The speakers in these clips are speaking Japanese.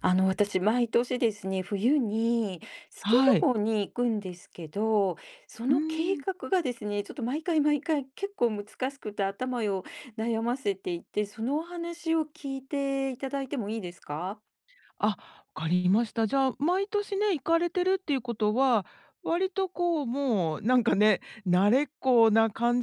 私、毎年ですね、冬にスキーはい。旅行に行くんですけど、そうーの計ん。画がですね、ちょっと毎回毎回結構難しくて頭を悩ませていて、そのお話を聞いていただいてもいいですか？あ、分かりました。じゃあ、毎年ね、行かれてるっていうことは、割とこう、もうなんかね、慣れっこな感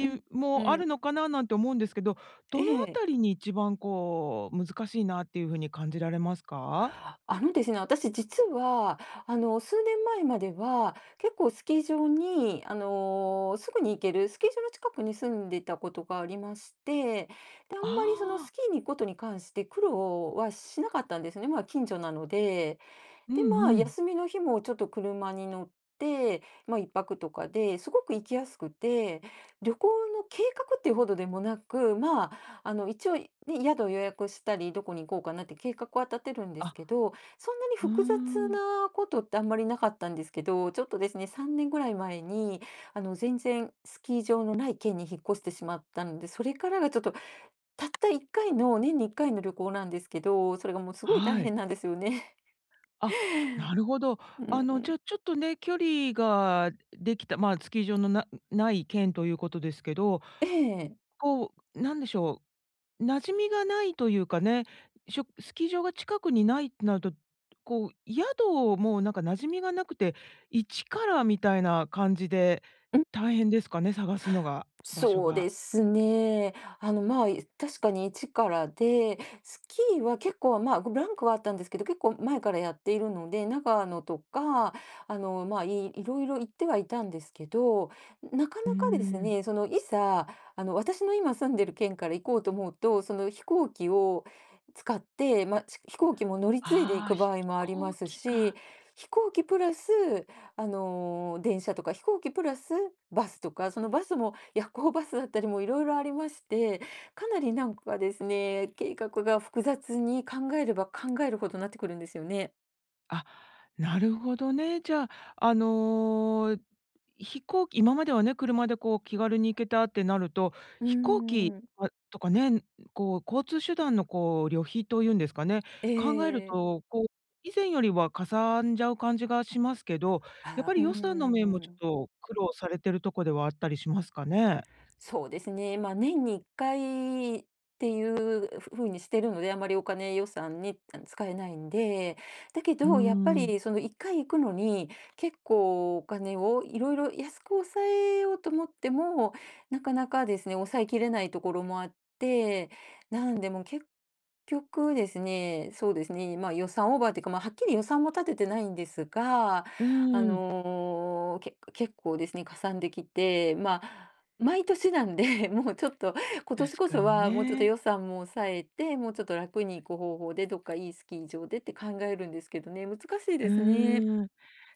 うん、うもあん、るのかななんて思うんですけど、えどのあえ。たりに一番こう、難しいなっていう風に感じられますか？ですね、私実は、数年前までは、結構スキー場に、すぐに行ける、スキー場の近くに住んでいたことがありまして、で、あんまりそのスああ、キーに行くことに関して苦労はしなかったんですね。まあ、近所なので。うんで、まあ、うん。休みの日もちょっと車に乗って、まあ、1泊とかですごく行きやすくて、旅行の計画っていうほどでもなく、まあ、一応、ね、宿を予約したり、どこに行こうかなって計画は立てるんですあ、けど、そんなにうー複雑ん。なことってあんまりなかったんですけど、ちょっとですね、3年ぐらい前に、全然スキー場のない県に引っ越してしまったので、それからがちょっと、たった1回の、年に1回の旅行なんですけど、それがもうすごい大はい。変なんですよね。あ、なるほど。うんうじん、ゃあ、ちょっとね、距離ができた、まあ、スキー場のない県ということですけど、ええ、こう、なんでしょう、馴染みがないというかね、スキー場が近くにないってなると、こう、宿をもうなんか馴染みがなくて、一からみたいな感じで、うん、大変ですかね、探すのが、場所そうが。ですね。確かに一からで、スキーは結構、まあ、ブランクはあったんですけど、結構前からやっているので、長野とか、いろいろ行ってはいたんですけど、なかうーなかですん。ね、その、いざ、私の今住んでる県から行こうと思うと、その、飛行機を使って、まあ、飛行機も乗り継いで行ああ、く飛場合もありま行す機し、か。飛行機プラス電車とか飛行機プラスバスとか、そのバスも夜行バスだったりもいろいろありまして、かなりなんかですね、計画が複雑に考えれば考えるほどなってくるんですよね。あ、なるほどね。じゃあ、あの、飛行機今まではね、車でこう気軽に行けたってなると、うー飛行機、ん。あ、とかね、こう交通手段のこう旅費というんですかね、え考えるえ。と、こう以前よりはかさんじゃう感じがしますけど、やっあ、ぱうりー予算の面もちょっん。と苦労されてるとこではあったりしますかね？そうですね。まあ、年に1回っていうふうにしてるので、あまりお金予算に使えないんで、だけうーど、やっぱん。りその1回行くのに、結構お金をいろいろ安く抑えようと思っても、なかなかですね、抑えきれないところもあって、なんでもう結局ですね、そうですね、まあ、予算オーバーというか、まあ、はっきり予算も立ててないんですが、うん、結構ですね、かさんできて、まあ、毎年なんで、もうちょっと今年確こかそにはもうちょっと予ね。算も抑えて、もうちょっと楽に行く方法で、どっかいいスキー場でって考えるんですけどね、難しいうでーすね。ん。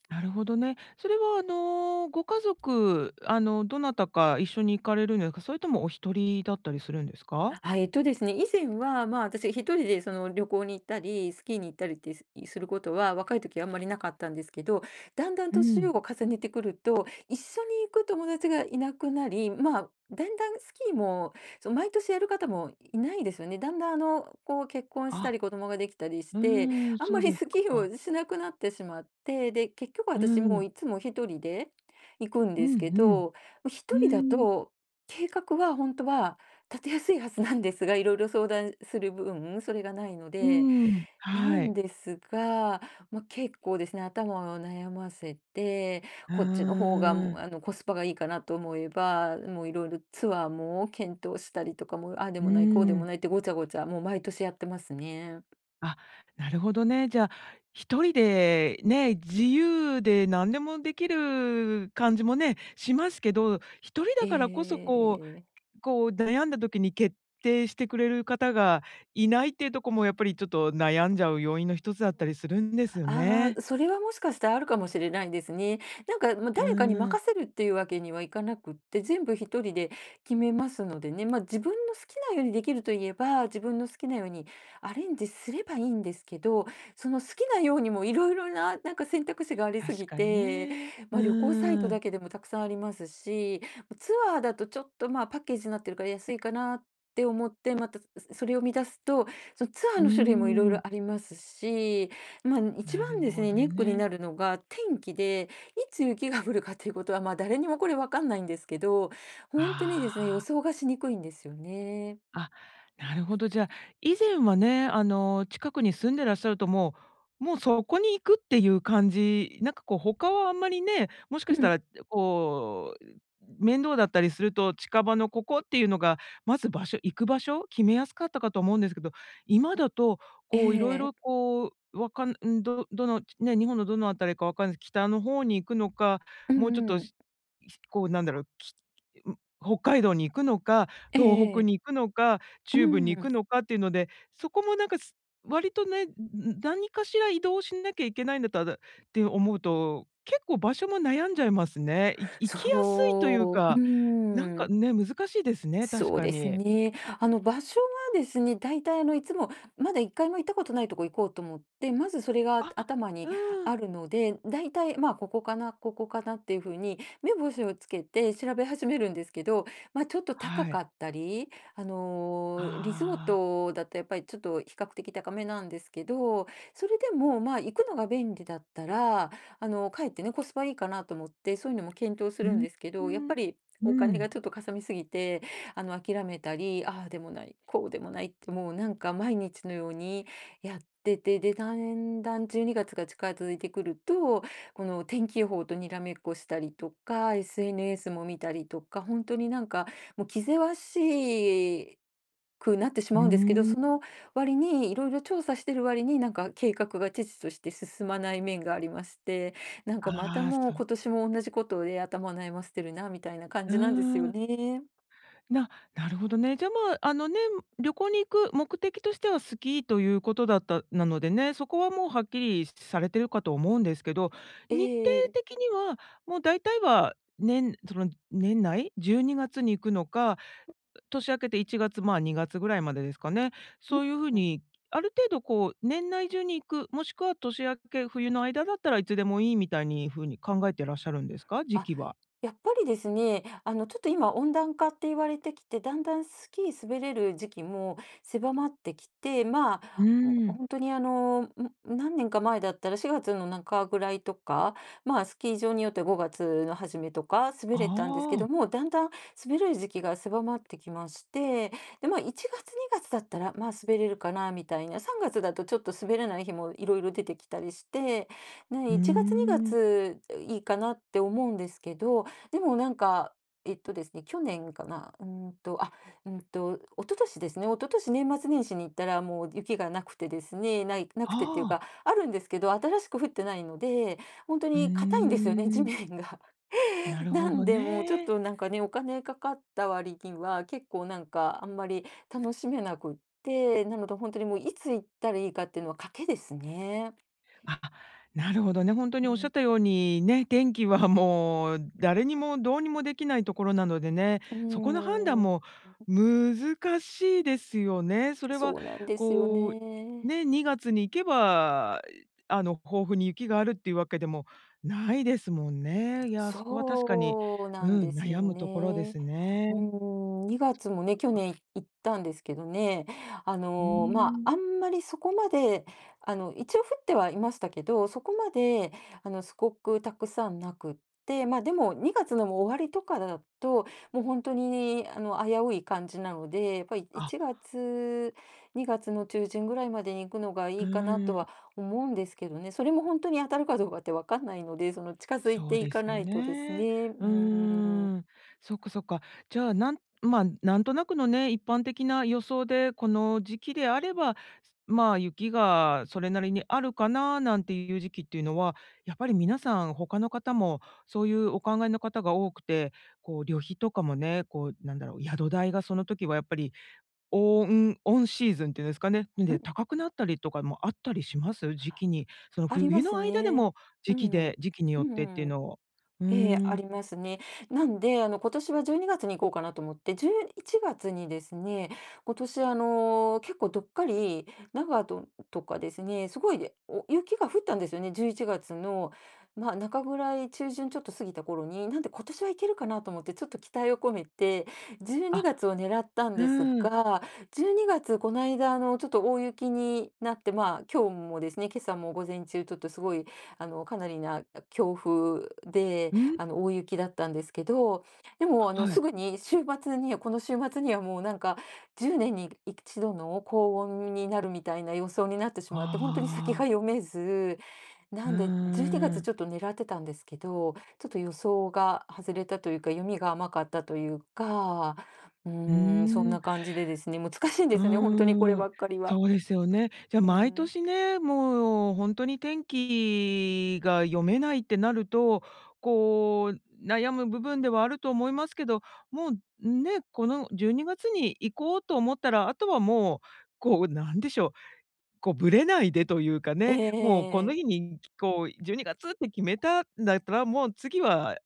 なるほどね。それはご家族、どなたか一緒に行かれるんですか？それともお一人だったりするんですか？あ、えっとですね、以前は、まあ、私一人でその旅行に行ったり、スキーに行ったりってすることは、若い時はあんまりなかったんですけど、だんだんう年をん。重ねてくると、一緒に行く友達がいなくなり、まあ、だんだんスキーも、そう毎年やる方もいないですよね。だんだんこう結婚したあ、り子供ができたりしうて、ーん、あんそまうりですスキーか。をしなくなってしまって、で、結局う私もうん。いつも一人で行くんうですんけうん。ど、一う人だーん。と、計画は本当は立てやすいはずなんですが、いろいろ相談する分、それがないのうで、ーん。なはんい。ですが、まあ、結構ですね、頭を悩ませて、うこっちの方が、もーう、ん。コスパがいいかなと思えば、もういろいろツアーも検討したりとかも、ああでうもない、こうでーもん。ないってごちゃごちゃ、もう毎年やってますね。あ、なるほどね。じゃあ、一人でね、自由で何でもできる感じもね、しますけど、一人だからこそこうええ。こう悩んだ時に決定してくれる方がいないっていうとこもやっぱりちょっと悩んじゃう要因の一つだったりするんですよあね。あ、それはもしかしたらあるかもしれないですね。なんか、まあ、う誰かにん、任せるっていうわけにはいかなくって、全部一人で決めますのでね、まあ、自分の好きなようにできるといえば、自分の好きなようにアレンジすればいいんですけど、その好きなようにもいろいろな、なんか選択肢がありす確ぎかにて、ね。まあ、旅行サイトうん。だけでもたくさんありますし、まツアーだとちょっと、ま、あパッケージになってるから安いかなって思って、また、それを見出すと、そのツアーうの種類もいろいん、ろありますし、まあ、一な番るですほね、ネどックにね。なるのが天気で、いつ雪が降るかということは、まあ、誰にもこれわかんないんですけど、本当にであすね、予あ。想がしにくいんですよね。あ、なるほど。じゃあ、以前はね、近くに住んでらっしゃると、もうそこに行くっていう感じ、なんかこう、他はあんまりね、もしかしうたん、らこう、面倒だったりすると、近場のここっていうのが、まず行く場所、決めやすかったかと思うんですけど、今だと、えこう、いろいろえ。こう、わかんん、どのね、日本のどのあたりかわかんないです、北の方に行くのか、うもうちょっんうと、ん。こうなんだろう、ん、北海道に行くのか、え東北え、に行くのか、う中部に行ん、くのかっていうので、そこもなんか、割とね、何かしら移動しなきゃいけないんだったらって思うと、結構場所も悩んじゃいますね。行きやすいというそう、うか、なんーかん。ね、難しいですね、確そうかですに。ね。場所はですね、大体いつも、まだ1回も行ったことないとこ行こうと思って、まずそれがあ、頭にうん。あるので、大体、まあ、ここかな、ここかなっていうふうに、目星をつけて調べ始めるんですけど、まあ、ちょっと高はかい。ったり、あのーリゾーああ、トだとやっぱりちょっと比較的高めなんですけど、それでも、まあ、行くのが便利だったら、かえってね、コスパいいかなと思って、そういうのも検討すうるんん、ですけうど、やっぱん。り、おう金がん。ちょっとかさみすぎて、諦めたり、ああでもない、こうでもないって、もうなんか毎日のようにやってて、で、だんだん12月が近づいてくると、この天気予報とにらめっこしたりとか、SNS も見たりとか、本当になんか、もう気ぜわしくなってしうまうんですけど、ーん。その割に、いろいろ調査してる割に、なんか計画が遅々として進まない面がありまして、なんかまたああ、もうそう。今年も同じことで頭を悩ませてるなみたいな感うじなんですよーん。ね。ななるほどね。じゃ、まあ、あのね、旅行に行く目的としてはスキーということだったなのでね、そこはもうはっきりされてるかと思うんですけど、え日程え。的にはもう大体はその年内12月にがつに行くのか、年明けて1月、まあ、2月ぐらいまでですかね。うん、そういうふううん、にある程度こう年内中に行く、もしくは年明け冬の間だったらいつでもいいみたいにふうに考えてらっしゃるんですか？時あ、期は。やっぱりですね、ちょっと今温暖化って言われてきて、だんだんスキー滑れる時期も狭まってきて、まうあ、ん、ーん。ほにあの、ん、何年か前だったら4月の中ぐらいとか、まあ、スキー場によっては5月の初めとか滑あれたんですけどあ、も、だんだん滑れる時期が狭まってきまして、で、まあ、1月、2月だったら、まあ、滑れるかなみたいな、3月だとちょっと滑れない日もいろいろ出てきたりしてうね、ー1月2ん。月いいかなって思うんですけど、でもなんか、えっとですね、去年かな、うんと、一昨年ですね、一昨年年末年始に行ったらもう雪がなくてですね、ない、なくてっていうああ、か、あるんですけど、新しく降ってないので、本当うに硬いんーですよね、地ん、面が。な るなほんどでもうちょっね。となんかね、お金かかった割には結構なんかあんまり楽しめなくって、なので本当にもういつ行ったらいいかっていうのは賭けですね。あ、なるほどね。ほんとにおっしゃったように、ね、天気はもう誰にもどうにもできないところなのでね、うーそこの判断ん、も難しいですよね。それはそうなんですよこう、ね。ね、2月に行けば、豊富に雪があるっていうわけでもないですもんね。いや、そこは確かに、そうなんうでん、す悩よむところでね。すね。うーん、2月もね、去年行ったんですけどね、うーまあ、ん。あんまりそこまで、一応降ってはいましたけど、そこまで、すごくたくさんなくって、まあ、でも2月のもう終わりとかだと、もう本当に、危うい感じなので、やっぱりあ、1月、2月の中旬ぐらいまでに行くのがいういかなとーはん。思うんですけどね、それも本当に当たるかどうかってわかんないので、その近づいそてういでかすなよいとですね。ね。うーうーん。ん。そっかそっか。じゃあ、まあ、なんとなくのね、一般的な予想で、この時期であれば、まあ、雪がそれなりにあるかななんていう時期っていうのは、やっぱり皆さん他の方もそういうお考えの方が多くて、こう旅費とかもね、こうなんだろう、宿代がその時はやっぱりオンシーズンっていうんですかね、うで、ん、高くなったりとかもあったりします？時期に。そのありま冬すの間でね。もうん。時期にうよってっていうん。のを。うーええ、あん。りますね。なんで、今年は12月にに行こうかなと思って、11月にですね、今年、結構どっかり、長野とかですね、すごい、雪が降ったんですよね、11月の、まあ、中ぐらい、中旬ちょっと過ぎた頃に、なんで今年は行けるかなと思って、ちょっと期待を込めて、12あ、月を狙ったんうですーん。が、12月、この間、ちょっと大雪になって、まあ、今日もですね、今朝も午前中、ちょっとすごい、かなりな強風で、うん、大雪だったんですけど、でも、はすい。ぐに週末にはこの週末にはもうなんか、10年に一度の高温になるみたいな予想になってしまって、本当に先がああ、読めず、うなーんで、12月ちん。ょっと狙ってたんですけど、ちょっと予想が外れたというか、読みが甘かったというか、ううーん、そんーん。な感じでですね、難しいんでうすよね、本当にこれーん、ばっかりは。そうですよね。じゃ、う毎ん。年ね、もうほんとに天気が読めないってなると、こう、悩む部分ではあると思いますけど、もうね、この12月にがつに行こうと思ったら、あとはもう、こう、なんでしょうこう、ぶれないでというかね、もうこのええ、日に、こう12月って決めたんだったら、もう次は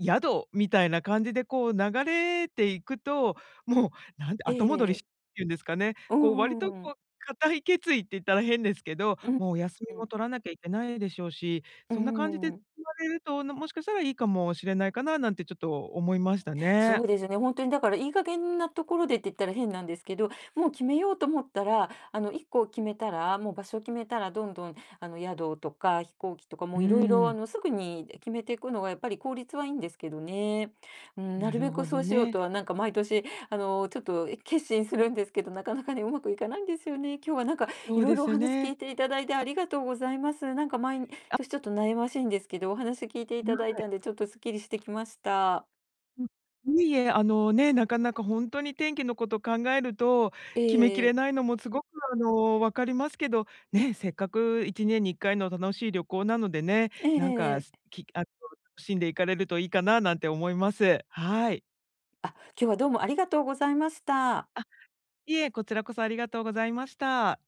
宿みたいな感じでこう流れていくと、もうなんてええ、後戻えりしえ。っていうんですかね、うこう割んうとんうこん。う固い決意って言ったら変ですけど、うん。もうお休みもう取らなきゃいけないでしょうし、そんな感じでん。言われると、もしかしたらいいかもしれないかななんてちょっと思いましたね。そうですね、本当にだからいい加減なところでって言ったら変なんですけど、もう決めようと思ったら、1個決めたら、もう場所を決めたらどんどん宿とか飛行機とかもうーういろいろん、すぐに決めていくのがやっぱり効率はいいんですけどね。うん、ななるるべくほそどうしようね。とはなんか毎年ちょっと決心するんですけど、なかなかね、うまくいかないんですよね。今日はなんかいそうろいでろおす話聞ね。いていただいてありがとうございます。なんか毎あ、年ちょっと悩ましいんですけど、お話聞いていただいたんでちょっとすっきりしてきました。うん。いいえ、あのね、なかなか本当に天気のこと考えると、え決めきれえ。ないのもすごく分かりますけど、ね、せっかく1年に1回の楽しい旅行なのでね、なんか、えすえ、きあの、楽しんで行かれるといいかななんて思います。はい。あ、今日はどうもありがとうございました。いえ、こちらこそありがとうございました。